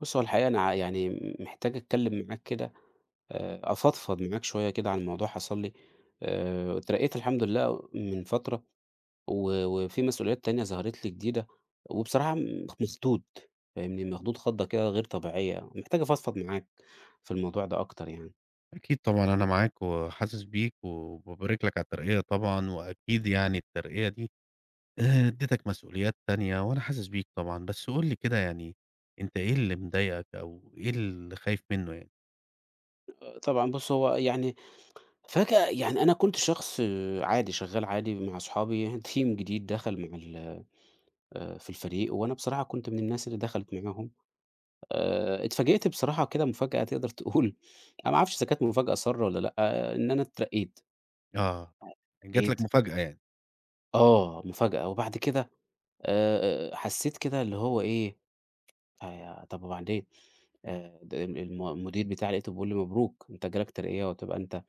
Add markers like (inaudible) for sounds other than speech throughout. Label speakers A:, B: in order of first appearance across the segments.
A: بُص، هو الحقيقة أنا يعني محتاج أتكلّم معاك كده، أفضفض معاك شوية كده عن موضوع حصل لي، اترقيت الحمد لله من فترة و وفي مسؤوليات تانية ظهرت لي جديدة، وبصراحة مخضوض فاهمني، مخضوض خضة كده غير طبيعية، محتاج أفضفض معاك في الموضوع ده أكتر يعني.
B: أكيد طبعًا أنا معاك وحاسس بيك، وبابارك لك على الترقية طبعًا، وأكيد يعني الترقية دي ادّتك مسؤوليات تانية، وأنا حاسس بيك طبعًا، بس قُل لي كده يعني أنت إيه اللي مضايقك أو إيه اللي خايف منه يعني؟
A: طبعًا بُص، هو يعني فجأة يعني أنا كنت شخص عادي، شغّال عادي مع أصحابي، (laughs) team جديد دخل مع ال في الفريق، وأنا بصراحة كنت من الناس اللي دخلت معاهم. اتفاجئت بصراحة كده مفاجأة تقدر تقول أنا ما أعرفش إذا كانت مفاجأة سارة والّا لأ، إن أنا اترقيت،
B: آه، يعني جات
A: لقيت
B: لك مفاجأة يعني،
A: مفاجأة وبعد كده حسيت كده اللي هو إيه، طب وبعدين د ال الم المدير بتاعي لقيته بيقول لي: "مبروك، أنت جالك ترقية وهتبقى أنت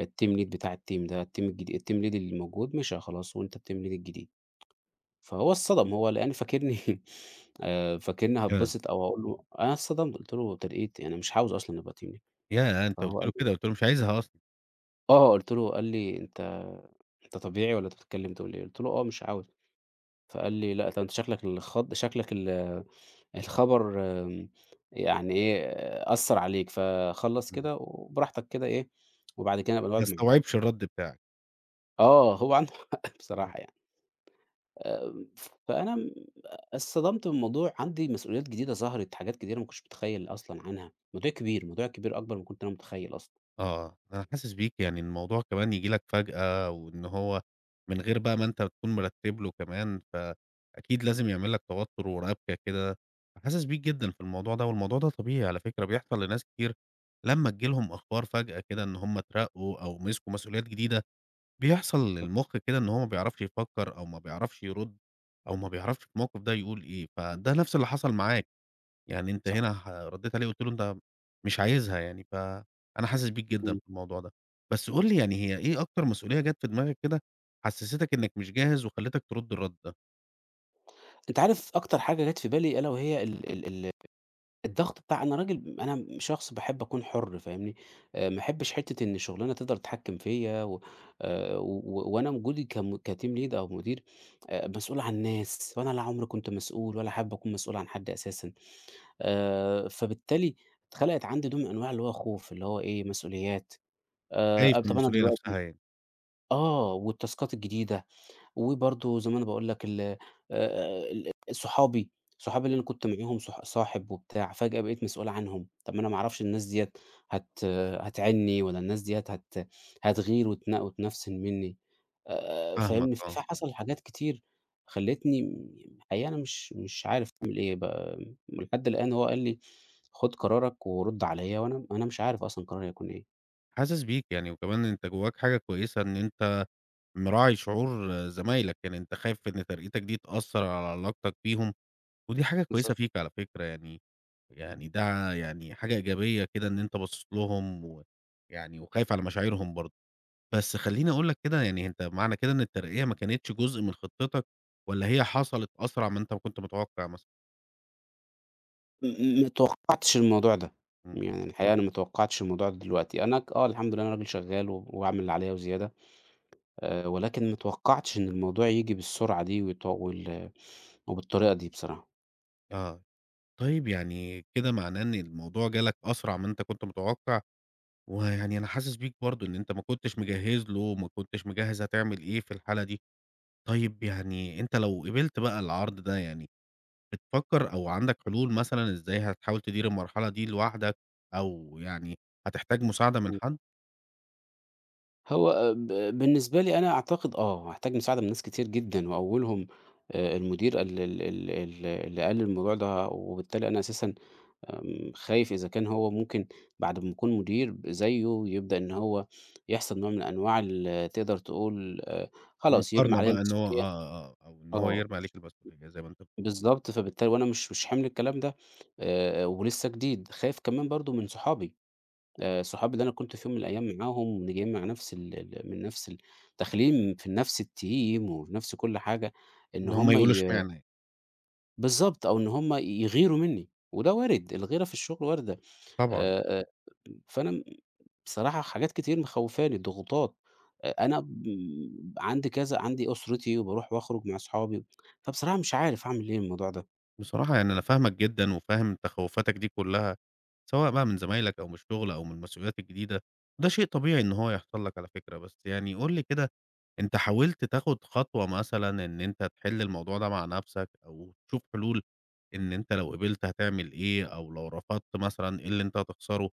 A: الteam lead بتاع الteam ده." الteam الجديد الteam lead اللي موجود مشى خلاص وأنت الteam lead الجديد. فهو اتصدم، هو لقاني فاكرني (laughs) فاكرني
B: آه،
A: هاتبسط أو هاقول له أنا اتصدمت، قلت له: "ترقية إيه؟ أنا مش عاوز أصلًا أبقى team lead."
B: ياه! أنت
A: فهو
B: قُلت
A: قال
B: له كده، قُلت له مش عايزها أصلًا،
A: قُلت له قال لي: "أنت طبيعي والّا أنت بتتكلم دولي؟" قُلت له: "آه، مش عاوز." فقال لي: "لأ، ده أنت شكلك الخبر يعني إيه، أثّر عليك، فخلّص
B: إمم،
A: كده وبراحتك كده إيه، وبعد كده نبقى
B: ما
A: نقعد مع بعض."
B: استوعبش الرد بتاعك.
A: آه، هو عنده (laughs) حق
B: آه.
A: بصراحة يعني. آمم، فأنا اتصدمت من الموضوع، عندي مسؤوليات جديدة ظهرت، حاجات كتيرة ما كنتش متخيّل أصلًا عنها. موضوع كبير، موضوع كبير أكبر ما كنت أنا متخيّل أصلًا.
B: آه، أنا حاسس بيك، يعني الموضوع كمان ييجي لك فجأة وإن هو من غير بقى ما أنت تكون مرتّب له كمان، فأكيد لازم يعمل لك توتُّر ورَبْكة كده، فحاسس بيك جدًا في الموضوع ده، والموضوع ده طبيعي على فكرة، بيحصل لناس كتير لمّا تيجي لهم أخبار فجأة كده إن هم اترقّوا أو مسكوا مسؤوليات جديدة، بيحصل
A: بالضبط،
B: للمُخ كده إن هو ما بيعرفش يفكّر أو ما بيعرفش يرُد أو ما بيعرفش في الموقف ده يقول إيه، فده نَفْس اللي حصل معاك. يعني أنت
A: صح.
B: هنا ردّيت عليه قُلت له: "أنت مش عايزها يعني." فأنا حاسس بيك جدًا
A: إمم.
B: في الموضوع ده. بس قُل لي يعني هي إيه أكتر مسؤولية جات في دماغك كده حسّستك إنّك مش جاهز وخلّتك ترُد الرَد ده؟
A: أنت عارف أكتر حاجة جات في بالي ألا وهي ال ال ال الضغط بتاع أنا راجل أنا شخص باحب أكون حُر فاهمني، ما احبش حتّة إن شُغلانة تقدر تتحكّم فيّا و و و وأنا وجودي كteam lead أو مدير مسؤول عن ناس، وأنا لا عُمري كنت مسؤول ولا حابب أكون مسؤول عن حد أساسًا، فبالتالي اتخلقت عندي نوع من أنواع اللي هو خوف، اللي هو إيه، مسؤوليات
B: خايف
A: أب
B: من
A: طَب أنا
B: المسؤولية نفسها
A: دلوقتي
B: يعني.
A: آه، والتاسكات الجديدة. وبرضه زي ما أنا باقول لك ال صحابي، صحابي اللي أنا كنت معاهم صح صاحب وبتاع، فجأة بقيت مسؤول عنهم، طب ما أنا ما أعرفش الناس ديّة هت هتعينّي والّا الناس ديّة هتغير وتنفسن منّي،
B: فاهمك
A: فاهمني؟
B: آه.
A: فحصل حاجات كتير خلّتني الحقيقة أنا مش عارف أعمل إيه بقى لحد الآن هو قال لي: "خُد قرارك ورُد عليّا." وأنا مش عارف أصلًا قراري هيكون إيه.
B: حاسس بيك يعني وكمان أنت جوّاك حاجة كويسة إن أنت مراعي شعور آه، زمايلك، يعني أنت خايف إن ترقيتك دي تأثّر على علاقتك بيهم ودي حاجة كويسة
A: بالضبط.
B: فيك على فكرة يعني، يعني ده يعني حاجة إيجابية كده إن أنت باصص لهم و يعني وخايف على مشاعرهم برضه. بس خلّيني أقول لك كده يعني أنت معنى كده إن الترقية ما كانتش جزء من خطتك، والّا هي حصلت أسرع ما أنت كنت متوقع مثلًا؟
A: م ما توقّعتش الموضوع ده،
B: إمم،
A: يعني الحقيقة أنا ما توقّعتش الموضوع ده دلوقتي، أنا ك آه الحمد لله أنا راجل شغّال و وأعمل اللي عليَّ وزيادة، ولكن ما توقّعتش إن الموضوع ييجي بالسرعة دي وت وال وبالطريقة دي بصراحة.
B: آه، طيب يعني كده معناه إن الموضوع جالك أسرع ما أنت كنت متوقع، ويعني أنا حاسس بيك برضه إن أنت ما كنتش مجهّز له وما كنتش مجهّز هتعمل إيه في الحالة دي، طيب يعني أنت لو قبلت بقى العرض ده يعني بتفكر أو عندك حلول مثلًا إزاي هتحاول تدير المرحلة دي لوحدك، أو يعني هتحتاج مساعدة من
A: إمم.
B: حد؟
A: هو آه، ب بالنسبة لي أنا أعتقد هاحتاج مساعدة من ناس كتير جدًا وأولهم المدير ال ال ال ال اللي قال لي الموضوع ده وبالتالي أنا أساسًا خايف إذا كان هو ممكن بعد ما يكون مدير زيه يبدأ إن هو يحصل نوع من أنواع تقدر تقول خلاص يرمي
B: المقارنة
A: عليَّ
B: بقى إن هو آه،
A: المسؤولية
B: آه، آه، أو إن هو
A: آه،
B: يرمي عليك المسؤولية زي ما أنت بتقول،
A: بالضبط، فبالتالي وأنا مش حامل الكلام ده ولسه جديد، خايف كمان برضه من صحابي صحابي اللي أنا كنت في يوم من الأيام معاهم جايين مع نفس ال ال من نفس داخلين في نفس الteam وفي نفس كل حاجة، إن
B: إن هم
A: هُم
B: يقولوا إشمعنى يعني.
A: بالضبط، أو إن هُم يغيروا مني، وده وارد، الغيرة في الشغل واردة
B: طبعًا،
A: آآ، آآ، فأنا بصراحة حاجات كتير مخوّفاني، ضغوطات، أنا عندي كذا عندي أسرتي وباروح وأخرج مع أصحابي، فبصراحة مش عارف أعمل إيه من الموضوع ده.
B: بصراحة يعني أنا فاهمك جدًا وفاهم تخوّفاتك دي كلّها، سواء بقى من زمايلك أو من الشغل أو من المسؤوليات الجديدة، وده شيء طبيعي إن هو يحصل لك على فكرة، بس يعني قُل لي كده أنت حاولت تاخد خطوة مثلًا إن أنت تحل الموضوع ده مع نَفْسك أو تشوف حلول إن أنت لو قبلت هتعمل إيه أو لو رفضت مثلًا إيه اللي أنت هتخسره؟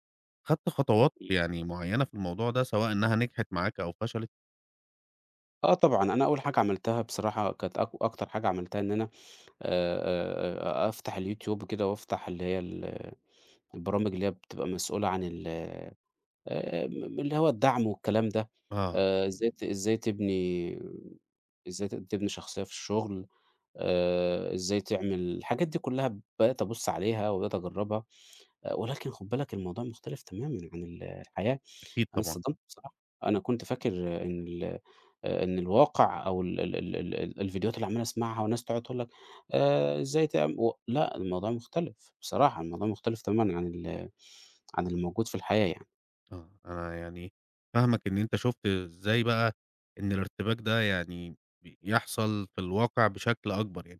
B: خدت خطوات يعني معيّنة في الموضوع ده سواء إنها نجحت معاك أو فشلت؟
A: آه طبعًا، أنا أول حاجة عملتها بصراحة كانت أكتر حاجة عملتها إن أنا أفتح اليوتيوب كده وأفتح اللي هي البرامج اللي هي بتبقى مسؤولة عن ال م اللي هو الدعم والكلام ده،
B: آه،
A: آآ، إزاي ت إزاي تبني إزاي تبني شخصية في الشغل، إزاي تعمل الحاجات دي كلها بقيت أبُص عليها وبقيت أجرّبها. ولكن خُد بالك الموضوع مختلف تمامًا عن الحياة،
B: أكيد
A: أنا
B: طبعًا،
A: اتصدمت بصراحة، أنا كنت فاكر إن الواقع أو ال ال ال ال ال الفيديوهات اللي عمّال أسمعها والناس تقعد تقول لك إزاي تعم و لأ الموضوع مختلف، بصراحة الموضوع مختلف تمامًا عن الموجود في الحياة يعني،
B: آه، أنا يعني فاهمك إن أنت شُفت إزاي بقى إن الارتباك ده يعني بيحصل في الواقع بشكل أكبر يعني،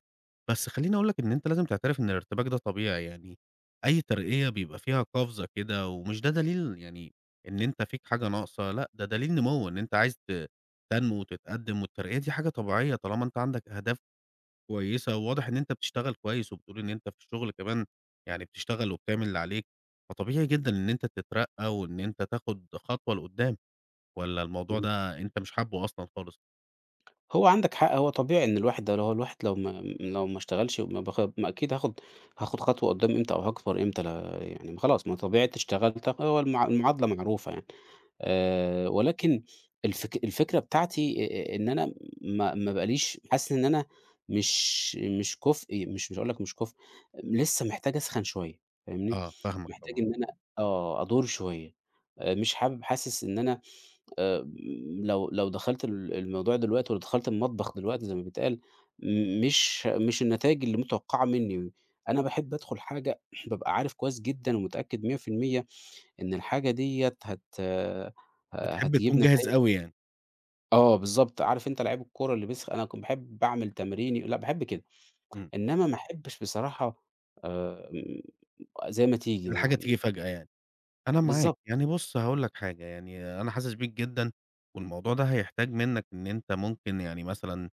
B: بس خلّيني أقول لك إن أنت لازم تعترف إن الارتباك ده طبيعي يعني، أي ترقية بيبقى فيها قفزة كده ومش ده دليل يعني إن أنت فيك حاجة ناقصة، لأ ده دليل نمو إن أنت عايز تنمو وتتقدّم والترقية دي حاجة طبيعية طالما أنت عندك أهداف كويسة، وواضح إن أنت بتشتغل كويس، وبتقول إن أنت في الشغل كمان يعني بتشتغل وبتعمل اللي عليك، فطبيعي جدًا إن أنت تترقّى وإن أنت تاخد خطوة لقدّام، والّا الموضوع
A: اهم،
B: ده أنت مش حابه أصلًا خالص؟
A: هو عندك حق هو طبيعي إن الواحد ده، لو هو الواحد لو ما لو ما اشتغلش وما ما أكيد هاخد خطوة قدّام إمتى أو هاكبر إمتى لا يعني ما خلاص ما طبيعة اشتغلت هو المعادلة معروفة يعني. ولكن الفكرة بتاعتي إن أنا ما بقاليش حاسس إن أنا مش كُفء مش هاقول لك مش كُفء، لسه محتاج أسخن شوية فاهمني؟
B: آه، فاهمك
A: محتاج
B: طبعًا،
A: إن أنا أدور شوية، مش حابب حاسس إن أنا آآ لو دخلت الموضوع دلوقتي ولو دخلت المطبخ دلوقتي زي ما بيتقال، مش النتايج اللي متوقعة منّي، أنا باحب أدخل حاجة (clears throat) بابقى عارف كويس جدًا ومتأكد 100% إن الحاجة ديّة هت ه
B: بتحب
A: هتجيب
B: تكون جاهز
A: نتايج
B: أوي يعني،
A: آه بالضبط، عارف أنت لعيب الكورة اللي بيسخ أنا كنت باحب أعمل تمريني لأ باحب كده،
B: إمم،
A: إنما ما أحبش بصراحة آمم، زي ما تيجي
B: الحاجة
A: ما
B: تيجي فجأة يعني. أنا معاك،
A: بالضبط،
B: يعني بُص هاقول لك حاجة، يعني أنا حاسس بيك جدًا، والموضوع ده هيحتاج منّك إن أنت ممكن يعني مثلًا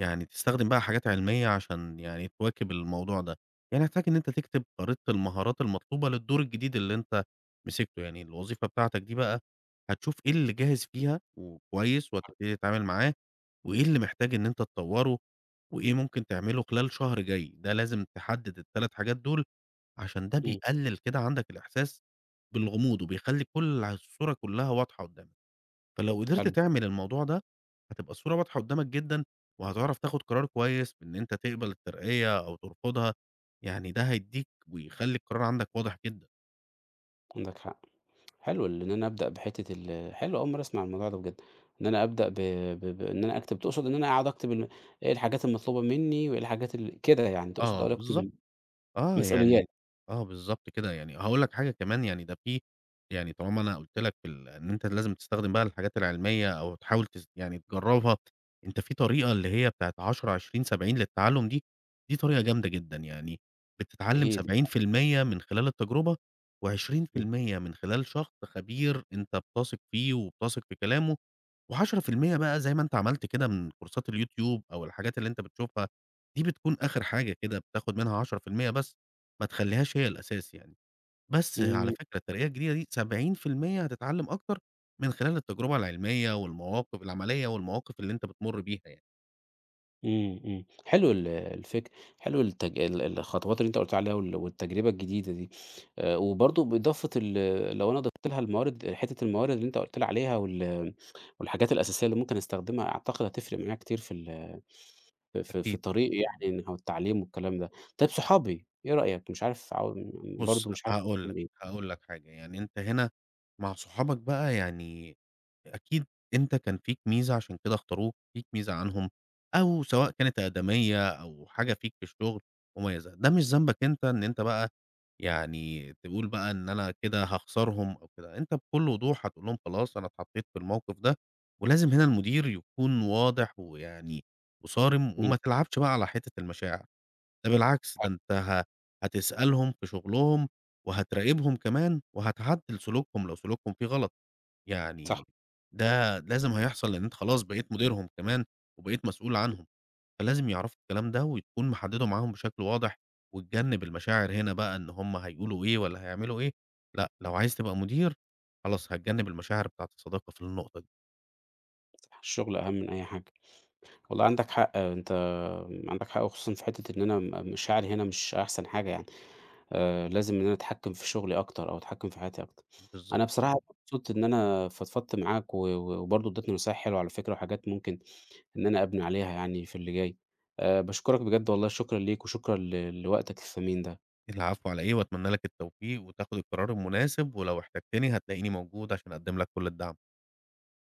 B: يعني تستخدم بقى حاجات علمية عشان يعني تواكب الموضوع ده، يعني هتحتاج إن أنت تكتب خريطة المهارات المطلوبة للدور الجديد اللي أنت مسكته، يعني الوظيفة بتاعتك دي بقى هتشوف إيه اللي جاهز فيها وكويس وهتبتدي تتعامل معاه، وإيه اللي محتاج إن أنت تطوّره، وإيه ممكن تعمله خلال شهر جاي، ده لازم تحدد ال3 حاجات دول عشان ده
A: إمم،
B: بيقلل كده عندك الإحساس بالغموض، وبيخلّي كل الصورة كلّها واضحة قدّامك، فلو قدرت
A: حلو،
B: تعمل الموضوع ده، هتبقى الصورة واضحة قدّامك جدًا، وهتعرف تاخد قرار كويس بإن أنت تقبل الترقية أو ترفضها، يعني ده هيدّيك ويخلّي القرار عندك واضح جدًا.
A: عندك حق، حلو إن أنا أبدأ بحتّة حلو أول مرّة أسمع الموضوع ده بجد، إن أنا أبدأ ب ب بإن أنا أكتب تقصد إن أنا أقعد أكتب إيه الحاجات المطلوبة منّي وإيه الحاجات كده يعني تقصد
B: آه
A: أقعد
B: بالضبط.
A: أكتب
B: آه،
A: المسؤوليات،
B: يعني آه، بالضبط كده، يعني هاقول لك حاجة كمان يعني ده في يعني طالما أنا قُلت لك إن أنت لازم تستخدم بقى الحاجات العلمية أو تحاول يعني تجرّبها، أنت في طريقة اللي هي بتاعة 10، 20، 70 للتعلُّم دي، دي طريقة جامدة جدًا، يعني بتتعلّم
A: هي دي،
B: 70% من خلال التجربة
A: إمم،
B: و20% من خلال شخص خبير أنت بتثق فيه وبتثق في كلامه و10% بقى زي ما أنت عملت كده من كورسات اليوتيوب أو الحاجات اللي أنت بتشوفها، دي بتكون آخر حاجة كده بتاخد منها 10% بس، ما تخلّيهاش هي الأساس يعني. بس على
A: إمم.
B: فكرة الترقية الجديدة دي 70% هتتعلم أكتر من خلال التجربة العلمية والمواقف العملية والمواقف اللي أنت بتمُر بيها يعني،
A: إمم، إمم، حلو ال الفكر حلو التج ال الخطوات اللي أنت قُلت عليها والتجربة الجديدة دي، وبرضه بإضافة لو أنا ضِفت لها الموارد حتة الموارد اللي أنت قُلت لي عليها والحاجات الأساسية اللي ممكن أستخدمها، أعتقد هتفرق معايا كتير في ال في في
B: أكيد.
A: طريقي يعني إنها والتعليم والكلام ده. طيب صحابي، إيه رأيك؟ مش عارف
B: بُص
A: برضه مش عارف
B: هاقول
A: أعمل
B: لك،
A: إيه.
B: هاقول لك حاجة، يعني أنت هنا مع صحابك بقى يعني أكيد أنت كان فيك ميزة عشان كده اختاروك، فيك ميزة عنهم، أو سواء كانت أقدمية أو حاجة فيك في الشغل مميزة، ده مش ذنبك أنت إن أنت بقى يعني تقول بقى إن أنا كده هاخسرهم أو كده، أنت بكل وضوح هتقول لهم خلاص أنا اتحطيت في الموقف ده، ولازم هنا المدير يكون واضح ويعني وصارم
A: إمم،
B: وما تلعبش بقى على حتة المشاعر، ده بالعكس ده
A: حلو،
B: أنت هتسألهم في شغلهم وهتراقبهم كمان وهتعدل سلوكهم لو سلوكهم فيه غلط.
A: صح،
B: يعني ده لازم هيحصل لأن أنت خلاص بقيت مديرهم كمان، وبقيت مسؤول عنهم، فلازم يعرفوا الكلام ده وتكون محدده معاهم بشكل واضح، وتجنب المشاعر هنا بقى إن هُم هيقولوا إيه والّا هيعملوا إيه، لأ، لو عايز تبقى مدير خلاص هتجنب المشاعر بتاعة الصداقة في النقطة دي،
A: صح، الشغل أهم من أي حاجة. والله عندك حق، أنت عندك حق وخصوصًا في حتة إن أنا مشاعري هنا مش أحسن حاجة يعني. لازم إن أنا أتحكّم في شغلي أكتر أو أتحكّم في حياتي أكتر.
B: بالضبط.
A: أنا بصراحة مبسوط إن أنا فضفضت معاك و و وبرضه ادّيتني نصايح حلوة على فكرة وحاجات ممكن إن أنا أبني عليها يعني في اللي جاي. باشكرك بجد والله شكرًا ليك وشكرًا لوقتك الثمين ده.
B: العفو على إيه، وأتمنى لك التوفيق وتاخد القرار المناسب، ولو احتجتني هتلاقيني موجود عشان أقدم لك كل الدعم.